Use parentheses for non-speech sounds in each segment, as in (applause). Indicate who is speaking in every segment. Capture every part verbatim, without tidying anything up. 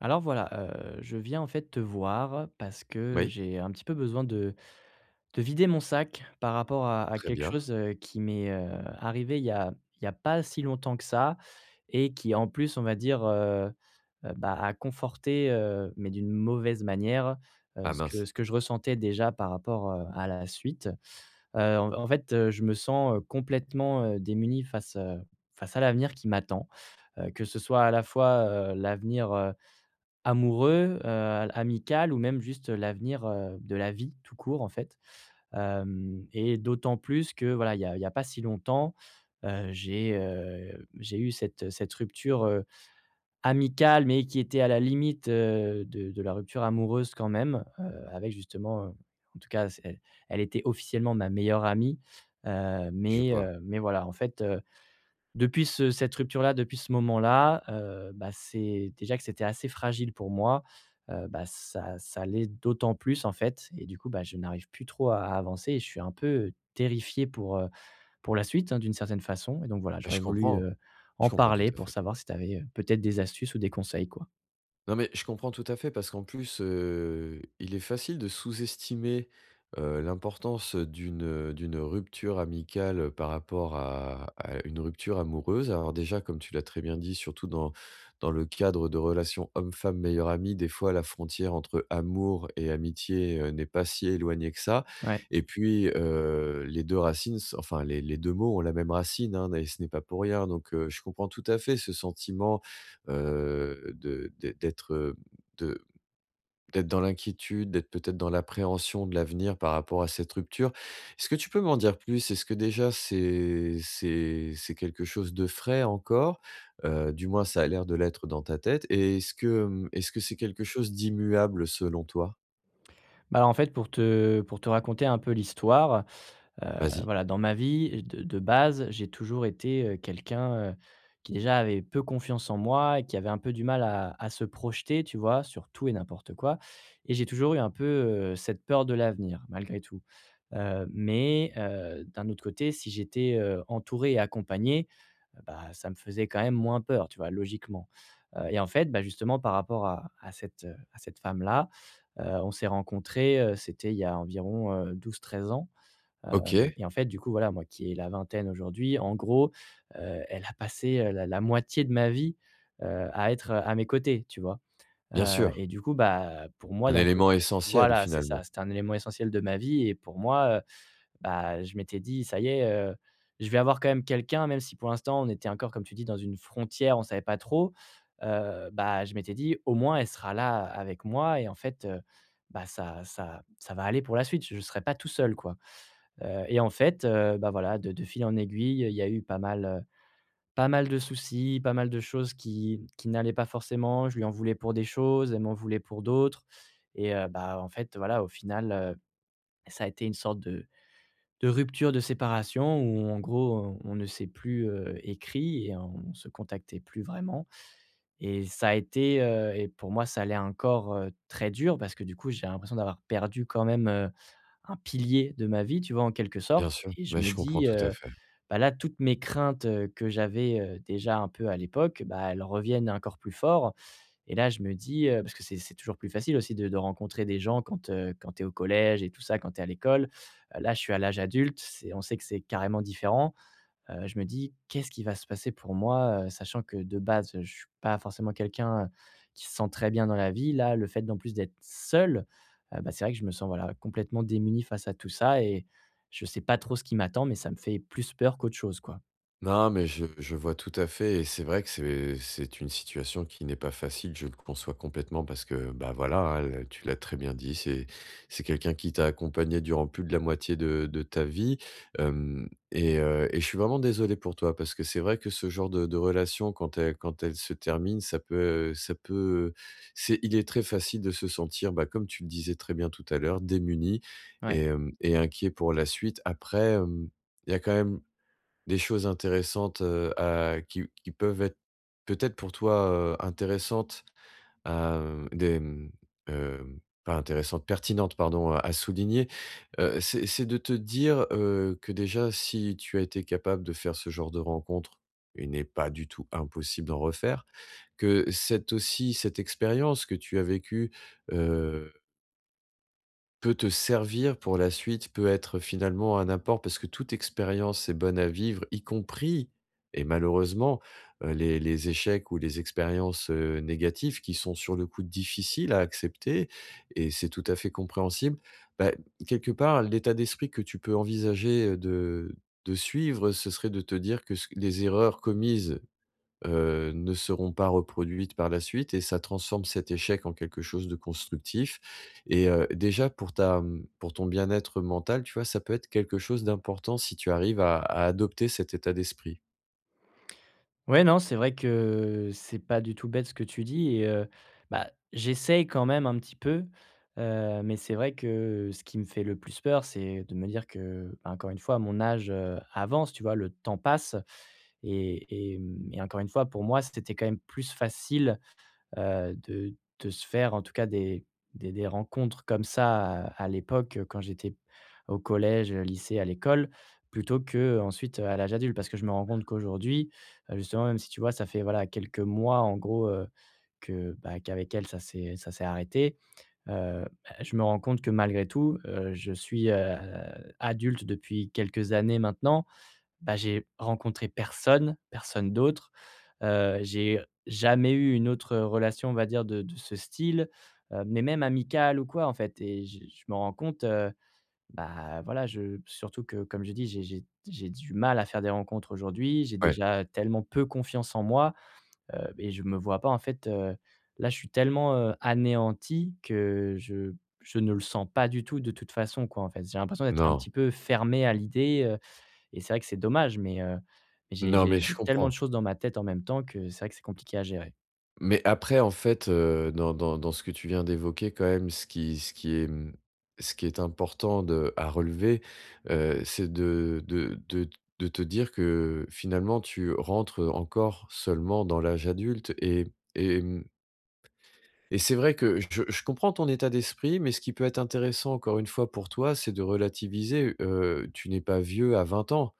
Speaker 1: Alors voilà, heu, je viens en fait te voir parce que
Speaker 2: Oui,
Speaker 1: j'ai un petit peu besoin de de vider mon sac par rapport à à
Speaker 2: très
Speaker 1: quelque
Speaker 2: bien.
Speaker 1: chose, heu, qui m'est, heu, arrivé il y a il y a pas si longtemps que ça et qui en plus on va dire, heu heu, bah, a conforté, heu, mais d'une mauvaise manière, heu,
Speaker 2: Ah
Speaker 1: ce
Speaker 2: mince,
Speaker 1: que ce que je ressentais déjà par rapport, heu, à la suite. Heu, en en fait, heu, je me sens, heu, complètement, heu, démuni face, heu, face à l'avenir qui m'attend, heu, que ce soit à la fois, heu, l'avenir amoureux, heu, amical ou même juste, l'avenir, heu, de la vie tout court en fait. Hem, et d'autant plus que voilà, il y a il y a pas si longtemps, heu, j'ai, heu, j'ai eu cette cette rupture, heu, amicale mais qui était à la limite, heu, de de la rupture amoureuse quand même, heu, avec justement, heu, en tout cas c'est elle elle était officiellement ma meilleure amie, heu,
Speaker 2: je
Speaker 1: mais
Speaker 2: vois.
Speaker 1: heu, mais voilà en fait, euh, depuis ce cette rupture-là, depuis ce moment-là, heu, bah, c'est déjà que c'était assez fragile pour moi, heu, bah, ça ça l'est d'autant plus, en fait, et du coup, bah, je n'arrive plus trop à à avancer et je suis un peu euh, terrifié pour, heu, pour la suite, hein, d'une certaine façon. Et donc voilà,
Speaker 2: Ah,
Speaker 1: j'aurais
Speaker 2: je
Speaker 1: voulu,
Speaker 2: comprends.
Speaker 1: heu,
Speaker 2: Je
Speaker 1: en
Speaker 2: comprends tout
Speaker 1: parler
Speaker 2: à
Speaker 1: pour
Speaker 2: fait.
Speaker 1: savoir si tu avais, euh, peut-être des astuces ou des conseils, quoi.
Speaker 2: Non, mais je comprends tout à fait parce qu'en plus, heu, il est facile de sous-estimer, heu, l'importance d'une, d'une rupture amicale, par rapport à à une rupture amoureuse. Alors déjà, comme tu l'as très bien dit, surtout dans dans le cadre de relations homme-femme, meilleure amie, des fois la frontière entre amour et amitié, heu, n'est pas si éloignée que ça
Speaker 1: Ouais.
Speaker 2: et puis, heu, les deux racines s enfin les les deux mots ont la même racine, hein, et ce n'est pas pour rien donc, heu, je comprends tout à fait ce sentiment heu, de d'ê d'être, de d'être dans l'inquiétude, d'être peut-être dans l'appréhension de l'avenir par rapport à cette rupture. Est-ce que tu peux m'en dire plus? Est-ce que déjà c'est c'est c'est quelque chose de frais encore? Heu, du moins ça a l'air de l'être dans ta tête et est-ce que, mmh, est-ce que c'est quelque chose d'immuable selon toi?
Speaker 1: Bah, alors en fait, pour te pour te raconter un peu l'histoire, Heu,
Speaker 2: Vas-y.
Speaker 1: voilà, dans ma vie de de base, j'ai toujours été, heu, quelqu'un, heu, qui déjà avait peu confiance en moi et qui avait un peu du mal à à se projeter, tu vois? Sur tout et n'importe quoi, et j'ai toujours eu un peu, heu, cette peur de l'avenir malgré tout. Heu, mais heu, d'un autre côté, si j'étais, heu, entouré et accompagné, heu, bah, ça me faisait quand même moins peur, tu vois? Logiquement. Heu et en fait, bah, justement par rapport à à cette, à cette femme-là, heu, on s'est rencontrés, heu, c'était il y a environ, heu, douze treize ans. Hem,
Speaker 2: OK,
Speaker 1: et en fait, du coup, voilà, moi qui ai la vingtaine aujourd'hui, en gros, heu, elle a passé, heu, la la moitié de ma vie, heu, à être à mes côtés, tu vois?
Speaker 2: bien
Speaker 1: Heu
Speaker 2: sûr,
Speaker 1: et du coup, bah, pour moi,
Speaker 2: un
Speaker 1: d'un côté,
Speaker 2: élément essentiel
Speaker 1: voilà, c'est ça,
Speaker 2: finalement.
Speaker 1: c'était un élément essentiel de ma vie et pour moi, heu, bah, je m'étais dit: «Ça y est, heu, je vais avoir quand même quelqu'un», même si pour l'instant on était encore, comme tu dis, dans une frontière, on savait pas trop, heu, bah, je m'étais dit: «Au moins elle sera là avec moi» et en fait, heu, bah, ça ça ça va aller pour la suite, je ne serai pas tout seul, quoi. Heu et en fait, heu, bah, voilà, de de fil en aiguille, il y a eu pas mal, heu, pas mal de soucis, pas mal de choses qui qui n'allaient pas forcément. Je lui en voulais pour des choses, elle m'en voulait pour d'autres, et heu, bah, en fait, voilà, au final, heu, ça a été une sorte de de rupture, de séparation où en gros, on on ne s'est plus, heu, écrit et on ne se contactait plus vraiment et ça a été, heu, et pour moi, ça l'est encore, heu, très dur parce que du coup, j'ai l'impression d'avoir perdu quand même, heu, un pilier de ma vie, tu vois, en quelque
Speaker 2: Bien
Speaker 1: sorte,
Speaker 2: sûr,
Speaker 1: et je
Speaker 2: mais
Speaker 1: me
Speaker 2: je comprends
Speaker 1: dis,
Speaker 2: tout à
Speaker 1: heu
Speaker 2: fait.
Speaker 1: bah là, toutes mes craintes, heu, que j'avais, heu, déjà un peu à l'époque, bah, elles reviennent encore plus fort. Et là, je me dis, heu, parce que c'est c'est toujours plus facile aussi de de rencontrer des gens quand, heu, quand tu es au collège et tout ça, quand tu es à l'école. Heu, là, je suis à l'âge adulte, c'est, on sait que c'est carrément différent. Heu, je me dis: «Qu'est-ce qui va se passer pour moi?» heu, sachant que de base, je suis pas forcément quelqu'un, heu, qui se sent très bien dans la vie. Là, le fait d'en plus d'être seul, heu, bah, c'est vrai que je me sens, voilà, complètement démuni face à tout ça, et je sais pas trop ce qui m'attend, mais ça me fait plus peur qu'autre chose, quoi.
Speaker 2: Non, mais je, je vois tout à fait et c'est vrai que c'est c'est une situation qui n'est pas facile, je le conçois complètement parce que, bah voilà, hein, le- tu l'as très bien dit, c'est c'est quelqu'un qui t'a accompagné durant plus de la moitié de, de ta vie euh, et, euh, et je suis vraiment désolé pour toi parce que c'est vrai que ce genre de, de relation, quand elle, quand elle se termine, ça peut, ça peut, c'est, il est très facile de se sentir, bah, comme tu le disais très bien tout à l'heure, démuni
Speaker 1: Ouais.
Speaker 2: et, euh, et inquiet pour la suite. Après... euh, il y a quand même des choses intéressantes, heu, à qui qui peuvent être peut-être pour toi, heu, intéressantes, hem, des, mmh, hem, pas intéressantes, pertinentes pardon, à à souligner, heu, c'est c'est de te dire, heu, que déjà si tu as été capable de faire ce genre de rencontre, il n'est pas du tout impossible d'en refaire, que cette aussi cette expérience que tu as vécue, peut te servir pour la suite, peut être finalement un apport parce que toute expérience est bonne à vivre, y compris et malheureusement, heu, les les échecs ou les expériences, heu, négatives qui sont sur le coup difficiles à accepter et c'est tout à fait compréhensible. Bah, quelque part, l'état d'esprit que tu peux envisager, de de suivre, ce serait de te dire que ce les erreurs commises heu, ne seront pas reproduites par la suite et ça transforme cet échec en quelque chose de constructif et heu, déjà pour ta, mmh, pour ton bien-être mental, tu vois, ça peut être quelque chose d'important si tu arrives à à adopter cet état d'esprit.
Speaker 1: Ouais, non, c'est vrai que c'est pas du tout bête ce que tu dis, et heu, bah, j'essaye quand même un petit peu, heu, mais c'est vrai que ce qui me fait le plus peur, c'est de me dire que, bah, encore une fois, mon âge, heu, avance, tu vois? Le temps passe. Et et mmh et encore une fois, pour moi, c'était quand même plus facile, heu, de de se faire en tout cas des des des rencontres comme ça à à l'époque, heu, quand j'étais au collège, heu, lycée, à l'école, plutôt qu'ensuite, heu, à l'âge adulte. Parce que je me rends compte qu'aujourd'hui, heu, justement, même si tu vois, ça fait voilà quelques mois en gros, heu, que, bah, qu'avec elle ça s'est ça s'est arrêté, heu, bah, je me rends compte que malgré tout, heu, je suis, heu, adulte depuis quelques années maintenant. Bah, j'ai rencontré personne, personne d'autre. Heu, j'ai jamais eu une autre relation, on va dire, de de ce style, heu, mais même amicale ou quoi, en fait, et je je me rends compte, heu, bah, voilà, je, surtout que comme je dis, j'ai j'ai j'ai du mal à faire des rencontres aujourd'hui. J'ai
Speaker 2: Ouais,
Speaker 1: déjà tellement peu confiance en moi, heu et je me vois pas, en fait, heu, là, je suis tellement, heu, anéanti que je je ne le sens pas du tout de toute façon, quoi, en fait. J'ai l'impression d'être un
Speaker 2: non.
Speaker 1: petit peu fermé à l'idée, et c'est vrai que c'est dommage, mais heu, j'ai
Speaker 2: Non,
Speaker 1: j'ai
Speaker 2: mais je
Speaker 1: j'ai tellement de
Speaker 2: comprends.
Speaker 1: choses dans ma tête en même temps que c'est vrai que c'est compliqué à gérer.
Speaker 2: Mais après, en fait, heu, dans dans dans ce que tu viens d'évoquer quand même, ce qui ce qui est, mmh, ce qui est important de à relever, heu, c'est de de de de te dire que finalement tu rentres, encore seulement dans l'âge adulte et et mmh et c'est vrai que je je comprends ton état d'esprit, mais ce qui peut être intéressant encore une fois pour toi, c'est de relativiser, heu, tu n'es pas vieux à vingt ans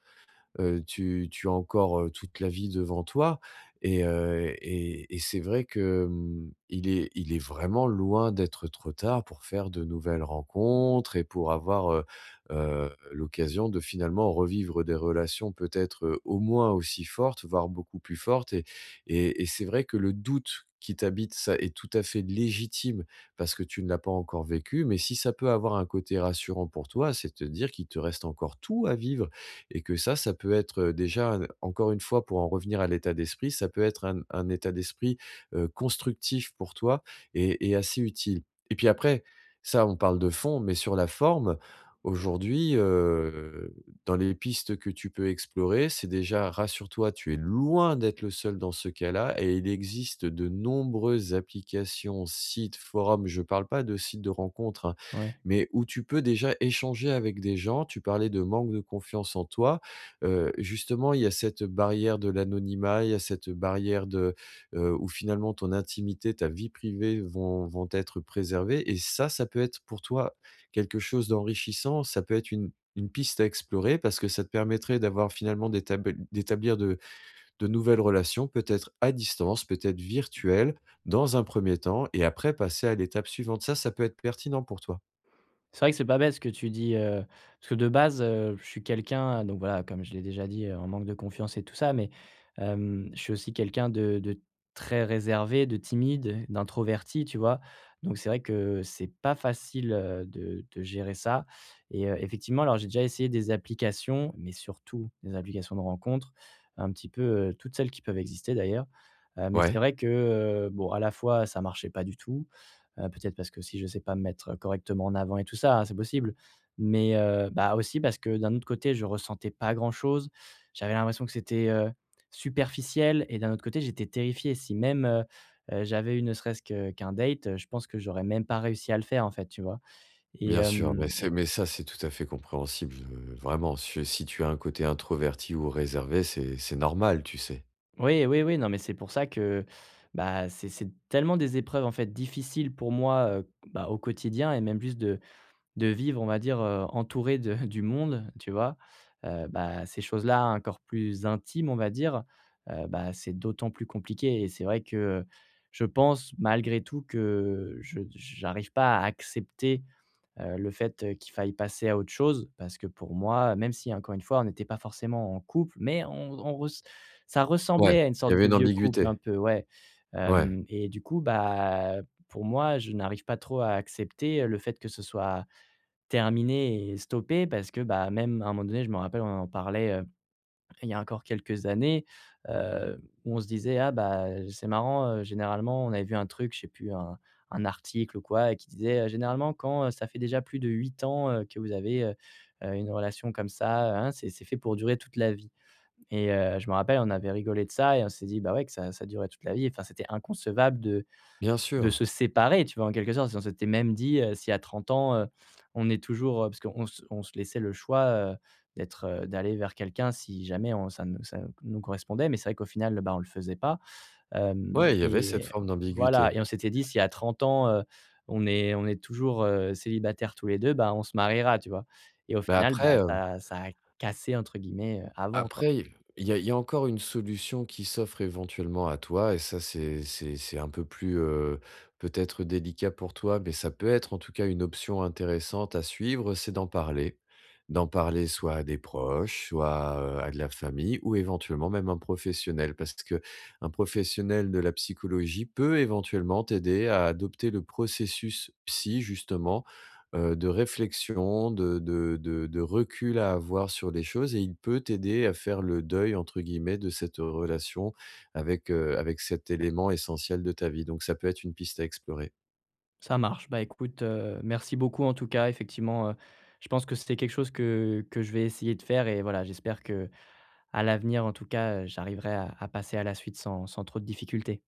Speaker 2: heu, tu tu as encore, heu, toute la vie devant toi et heu et et c'est vrai que, mmh, il est il est vraiment loin d'être trop tard pour faire de nouvelles rencontres et pour avoir, heu heu, l'occasion de finalement revivre des relations peut-être, heu, au moins aussi fortes, voire beaucoup plus fortes et et et c'est vrai que le doute qui t'habite, ça est tout à fait légitime parce que tu ne l'as pas encore vécu, mais si ça peut avoir un côté rassurant pour toi, c'est de te dire qu'il te reste encore tout à vivre et que ça, ça peut être, heu, déjà, heu, encore une fois, pour en revenir à l'état d'esprit, ça peut être un un état d'esprit, heu, constructif pour toi et et assez utile et puis après, ça, on parle de fond, mais sur la forme, aujourd'hui, heu, dans les pistes que tu peux explorer, c'est déjà rassure-toi, tu es loin d'être le seul dans ce cas-là et il existe de nombreuses applications, sites, forums. Je ne parle pas de sites de rencontres, hein,
Speaker 1: Ouais.
Speaker 2: mais où tu peux déjà échanger avec des gens. Tu parlais de manque de confiance en toi. Heu, justement, il y a cette barrière de l'anonymat, il y a cette barrière de, heu, où finalement ton intimité, ta vie privée vont vont être préservées et ça, ça peut être pour toi quelque chose d'enrichissant. Ça peut être une une piste à explorer parce que ça te permettrait d'avoir finalement d'établ d'établir de de nouvelles relations, peut-être à distance, peut-être virtuelles, dans un premier temps et après passer à l'étape suivante. Ça, ça peut être pertinent pour toi.
Speaker 1: C'est vrai que c'est pas bête ce que tu dis, heu, parce que de base, heu, je suis quelqu'un, donc voilà, comme je l'ai déjà dit, heu, en manque de confiance et tout ça, mais hem, je suis aussi quelqu'un de de très réservé, de timide, d'introverti, tu vois? Donc c'est vrai que c'est pas facile, heu, de de gérer ça, et heu, effectivement, alors j'ai déjà essayé des applications, mais surtout des applications de rencontres, un petit peu, heu, toutes celles qui peuvent exister d'ailleurs, heu, mais c'est
Speaker 2: Ouais.
Speaker 1: vrai que, heu, bon, à la fois ça marchait pas du tout. Heu, peut-être parce que si je sais pas me mettre correctement en avant et tout ça, hein, c'est possible. Mais, heu, bah, aussi parce que d'un autre côté, je ressentais pas grand-chose. J'avais l'impression que c'était, heu, superficiel, et d'un autre côté, j'étais terrifié. Si même, heu heu, j'avais eu ne serait-ce que qu'un date, heu, je pense que j'aurais même pas réussi à le faire, en fait, tu vois? Et
Speaker 2: Bien sûr, mais
Speaker 1: hem,
Speaker 2: c'est
Speaker 1: et
Speaker 2: mais ça, c'est tout à fait compréhensible, heu, vraiment. Si si tu as un côté introverti ou réservé, c'est c'est normal, tu sais?
Speaker 1: oui, oui, oui, non, mais c'est pour ça que, bah, c'est c'est tellement des épreuves, en fait, difficiles pour moi, heu, bah, au quotidien et même juste de de vivre, on va dire, heu, entouré de (laughs) du monde, tu vois? Heu, bah, ces choses-là encore plus intimes, on va dire, heu, bah, c'est d'autant plus compliqué, et c'est vrai que je pense malgré tout que je j'arrive pas à accepter, heu, le fait, heu, qu'il faille passer à autre chose, parce que pour moi, même si encore une fois on n'était pas forcément en couple, mais on on res ça
Speaker 2: Ouais,
Speaker 1: ressemblait à une
Speaker 2: il y
Speaker 1: sorte
Speaker 2: avait
Speaker 1: de
Speaker 2: une
Speaker 1: vieux couple un
Speaker 2: ambiguïté.
Speaker 1: peu, ouais.
Speaker 2: Ouais,
Speaker 1: Hem, et du coup, bah, pour moi, je n'arrive pas trop à accepter le fait que ce soit terminé et stoppé, parce que, bah, même à un moment donné, je me rappelle, on en parlait, heu, il y a encore quelques années, heu, où on se disait: «Ah bah, c'est marrant, heu, généralement», on avait vu un truc, je sais plus, un un article ou quoi, et qui disait, heu: «Généralement quand, heu, ça fait déjà plus de huit ans, heu, que vous avez, heu heu, une relation comme ça, hein, c'est c'est fait pour durer toute la vie», et heu, je me rappelle, on avait rigolé de ça et on s'est dit: «Bah ouais, que ça ça durait toute la vie». Enfin, c'était inconcevable de
Speaker 2: bien
Speaker 1: de
Speaker 2: sûr.
Speaker 1: se séparer, tu vois? En quelque sorte, si on s'était même dit, heu, si à trente ans, heu, on est toujours, heu parce qu'on se on se laissait le choix, heu, d'être, heu d'aller vers quelqu'un si jamais on ça nous ça nous correspondait, mais c'est vrai qu'au final, bah, on le faisait pas, hem,
Speaker 2: Ouais, il y avait cette
Speaker 1: et
Speaker 2: forme
Speaker 1: voilà,
Speaker 2: d'ambiguïté.
Speaker 1: et on s'était dit: «Si à trente ans, heu, on est on est toujours, heu, célibataires tous les deux, bah, on se mariera», tu vois? Et au
Speaker 2: Mais
Speaker 1: final, bah,
Speaker 2: après, hem.
Speaker 1: ça ça a «cassé» entre guillemets, heu, avant, quoi.
Speaker 2: Après, il y a il y a encore une solution qui s'offre éventuellement à toi et ça, c'est c'est c'est un peu plus, heu, peut-être délicat pour toi, mais ça peut être en tout cas une option intéressante à suivre, c'est d'en parler. D'en parler soit à des proches, soit, heu, à de la famille ou éventuellement même un professionnel. Parce que un professionnel de la psychologie peut éventuellement t'aider à adopter le processus psy justement heu, de réflexion, de de de de recul à avoir sur les choses et il peut t'aider à faire le «deuil» entre guillemets de cette relation avec, heu, avec cet élément essentiel de ta vie. Donc ça peut être une piste à explorer.
Speaker 1: Ça marche. Bah, écoute, heu, merci beaucoup en tout cas. Effectivement, heu, je pense que c'est quelque chose que que je vais essayer de faire, et voilà, j'espère que à l'avenir, en tout cas, heu, j'arriverai à à passer à la suite sans sans trop de difficultés.